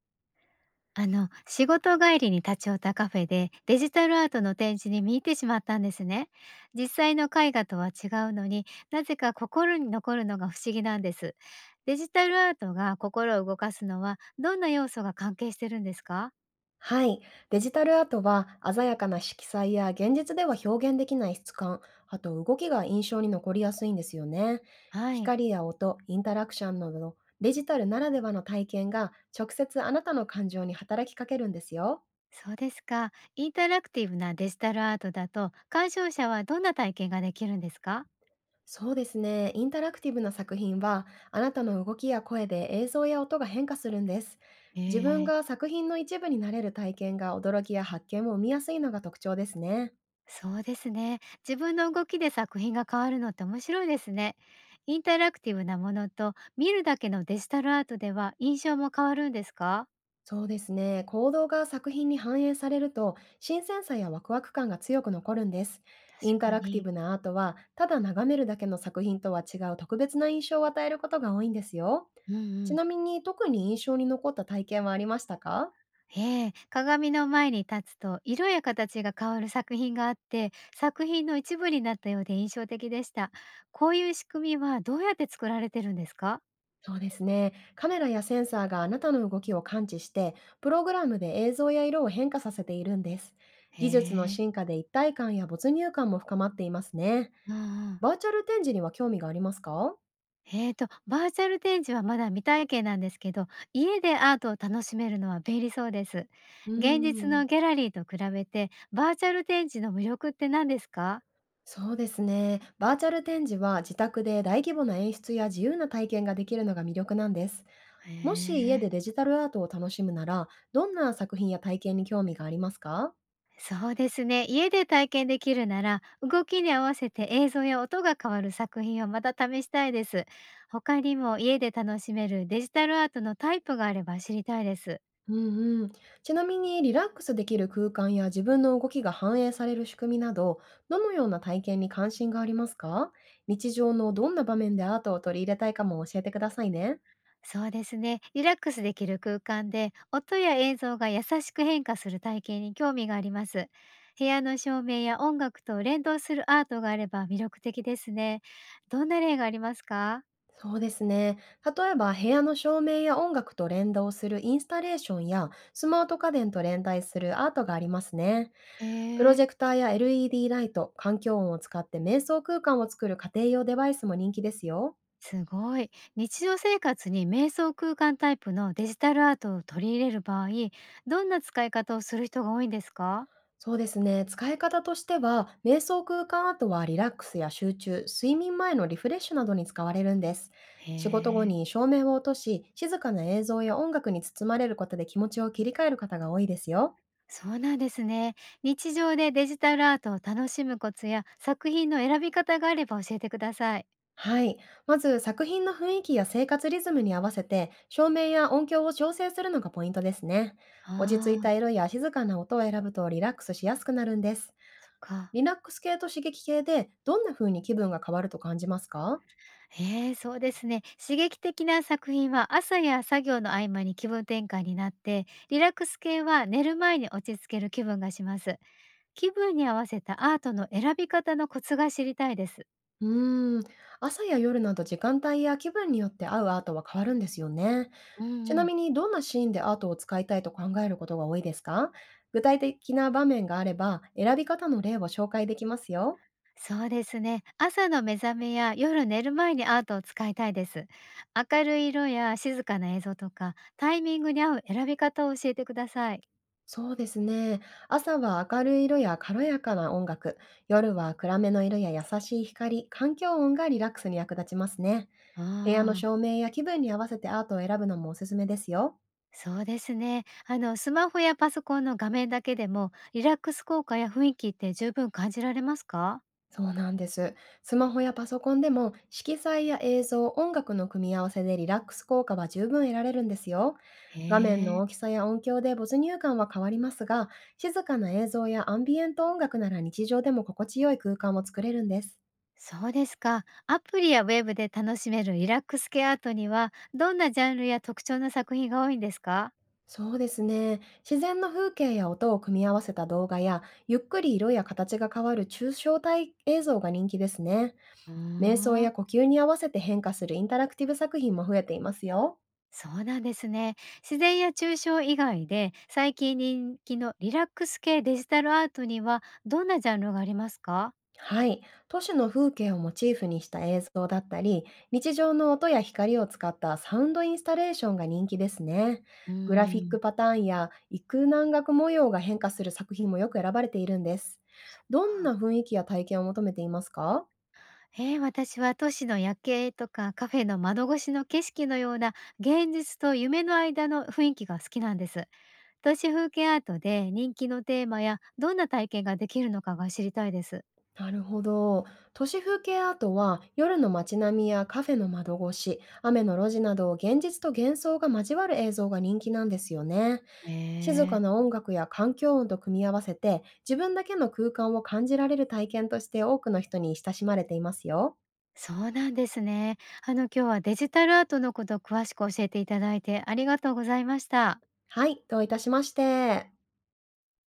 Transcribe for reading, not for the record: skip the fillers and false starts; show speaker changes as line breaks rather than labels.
仕事帰りに立ち寄ったカフェでデジタルアートの展示に見入ってしまったんですね。実際の絵画とは違うのになぜか心に残るのが不思議なんです。デジタルアートが心を動かすのはどんな要素が関係してるんですか？
はい。デジタルアートは鮮やかな色彩や現実では表現できない質感、あと動きが印象に残りやすいんですよね。
はい、
光や音、インタラクションなどデジタルならではの体験が、直接あなたの感情に働きかけるんですよ。
そうですか。インタラクティブなデジタルアートだと鑑賞者はどんな体験ができるんですか？
そうですね。インタラクティブな作品は、あなたの動きや声で映像や音が変化するんです。
へ
自分
え、
が作品の一部になれる体験が、驚きや発見を生みやすいのが特徴ですね。
そうですね。自分の動きで作品が変わるのって面白いですね。インタラクティブなものと見るだけのデジタルアートでは印象も変わるんですか？
そうですね。行動が作品に反映されると、新鮮さやワクワク感が強く残るんです。イ
確
ンタ
か
ラクティ
に。
ブなアートは、ただ眺めるだけの作品とは違う特別な印象を与えることが多いんですよ。
うんう
ち
ん。
なみに、特に印象に残った体験はありましたか？
ええ、鏡の前に立つと色や形が変わる作品があって、作品の一部になったようで印象的でした。こういう仕組みはどうやって作られてるんですか？
そうですね。カメラやセンサーがあなたの動きを感知して、プログラムで映像や色を変化させているんです。
へ
技術の
え。
進化で、一体感や没入感も深まっていますね。
うんうん。
バーチャル展示には興味がありますか？
バーチャル展示はまだ未体験なんですけど、家でアートを楽しめるのは便利そうです。
うー
現実
ん。
のギャラリーと比べて、バーチャル展示の魅力って何ですか？
そうですね。バーチャル展示は、自宅で大規模な演出や自由な体験ができるのが魅力なんです。
へ
もし家
え。
でデジタルアートを楽しむなら、どんな作品や体験に興味がありますか？
そうですね、家で体験できるなら、動きに合わせて映像や音が変わる作品をまた試したいです。他にも家で楽しめるデジタルアートのタイプがあれば知りたいです。
うんうん。ちなみに、リラックスできる空間や自分の動きが反映される仕組みなど、どのような体験に関心がありますか？日常のどんな場面でアートを取り入れたいかも教えてくださいね。
そうですね。リラックスできる空間で、音や映像が優しく変化する体験に興味があります。部屋の照明や音楽と連動するアートがあれば魅力的ですね。どんな例がありますか？
そうですね。例えば、部屋の照明や音楽と連動するインスタレーションや、スマート家電と連帯するアートがありますね。プロ
えー、
ジェクターや LED ライト、環境音を使って瞑想空間を作る家庭用デバイスも人気ですよ。
すごい。日常生活に瞑想空間タイプのデジタルアートを取り入れる場合、どんな使い方をする人が多いんですか？
そうですね。使い方としては、瞑想空間アートはリラックスや集中、睡眠前のリフレッシュなどに使われるんです。
へ
仕事後
え。
に照明を落とし、静かな映像や音楽に包まれることで、気持ちを切り替える方が多いですよ。
そうなんですね。日常でデジタルアートを楽しむコツや作品の選び方があれば教えてください。
はい。まず、作品の雰囲気や生活リズムに合わせて照明や音響を調整するのがポイントですね。
あ
落ち着いた
あ、
色や静かな音を選ぶと、リラックスしやすくなるんです。
そっか。
リラックス系と刺激系で、どんな風に気分が変わると感じますか？
ええ、そうですね。刺激的な作品は朝や作業の合間に気分転換になって、リラックス系は寝る前に落ち着ける気分がします。気分に合わせたアートの選び方のコツが知りたいです。
うーん。朝や夜など、時間帯や気分によって合うアートは変わるんですよね。
う
ち
んう
な
ん。
みに、どんなシーンでアートを使いたいと考えることが多いですか？具体的な場面があれば、選び方の例を紹介できますよ。
そうですね。朝の目覚めや夜寝る前にアートを使いたいです。明るい色や静かな映像とか、タイミングに合う選び方を教えてください。
そうですね。朝は明るい色や軽やかな音楽、夜は暗めの色や優しい光、環境音がリラックスに役立ちますね。
あ
部屋の
あ。
照明や気分に合わせてアートを選ぶのもおすすめですよ。
そうですね。スマホやパソコンの画面だけでも、リラックス効果や雰囲気って十分感じられますか？
そうなんです。スマホやパソコンでも、色彩や映像、音楽の組み合わせでリラックス効果は十分得られるんですよ。画面
へ
の
え。
大きさや音響で没入感は変わりますが、静かな映像やアンビエント音楽なら、日常でも心地よい空間を作れるんです。
そうですか。アプリやウェブで楽しめるリラックス系アートには、どんなジャンルや特徴の作品が多いんですか？
そうですね。自然の風景や音を組み合わせた動画や、ゆっくり色や形が変わる抽象体映像が人気ですね。
うー
瞑想
ん。
や呼吸に合わせて変化するインタラクティブ作品も増えていますよ。
そうなんですね。自然や抽象以外で、最近人気のリラックス系デジタルアートには、どんなジャンルがありますか？
はい。都市の風景をモチーフにした映像だったり、日常の音や光を使ったサウンドインスタレーションが人気ですね。
うー
グラフィック
ん。
パターンや幾何学模様が変化する作品もよく選ばれているんです。
そっ
どん
か。
な雰囲気や体験を求めていますか？
ええ、私は都市の夜景とかカフェの窓越しの景色のような現実と夢の間の雰囲気が好きなんです。都市風景アートで人気のテーマやどんな体験ができるのかが知りたいです。
なるほど。都市風景アートは、夜の街並みやカフェの窓越し、雨の路地など、現実と幻想が交わる映像が人気なんですよね。
ね
静
え
か
ー。
な音楽や環境音と組み合わせて、自分だけの空間を感じられる体験として多くの人に親しまれていますよ。
そうなんですね。あの、今日はデジタルアートのことを詳しく教えていただいてありがとうございました。
はい、どういたしまして。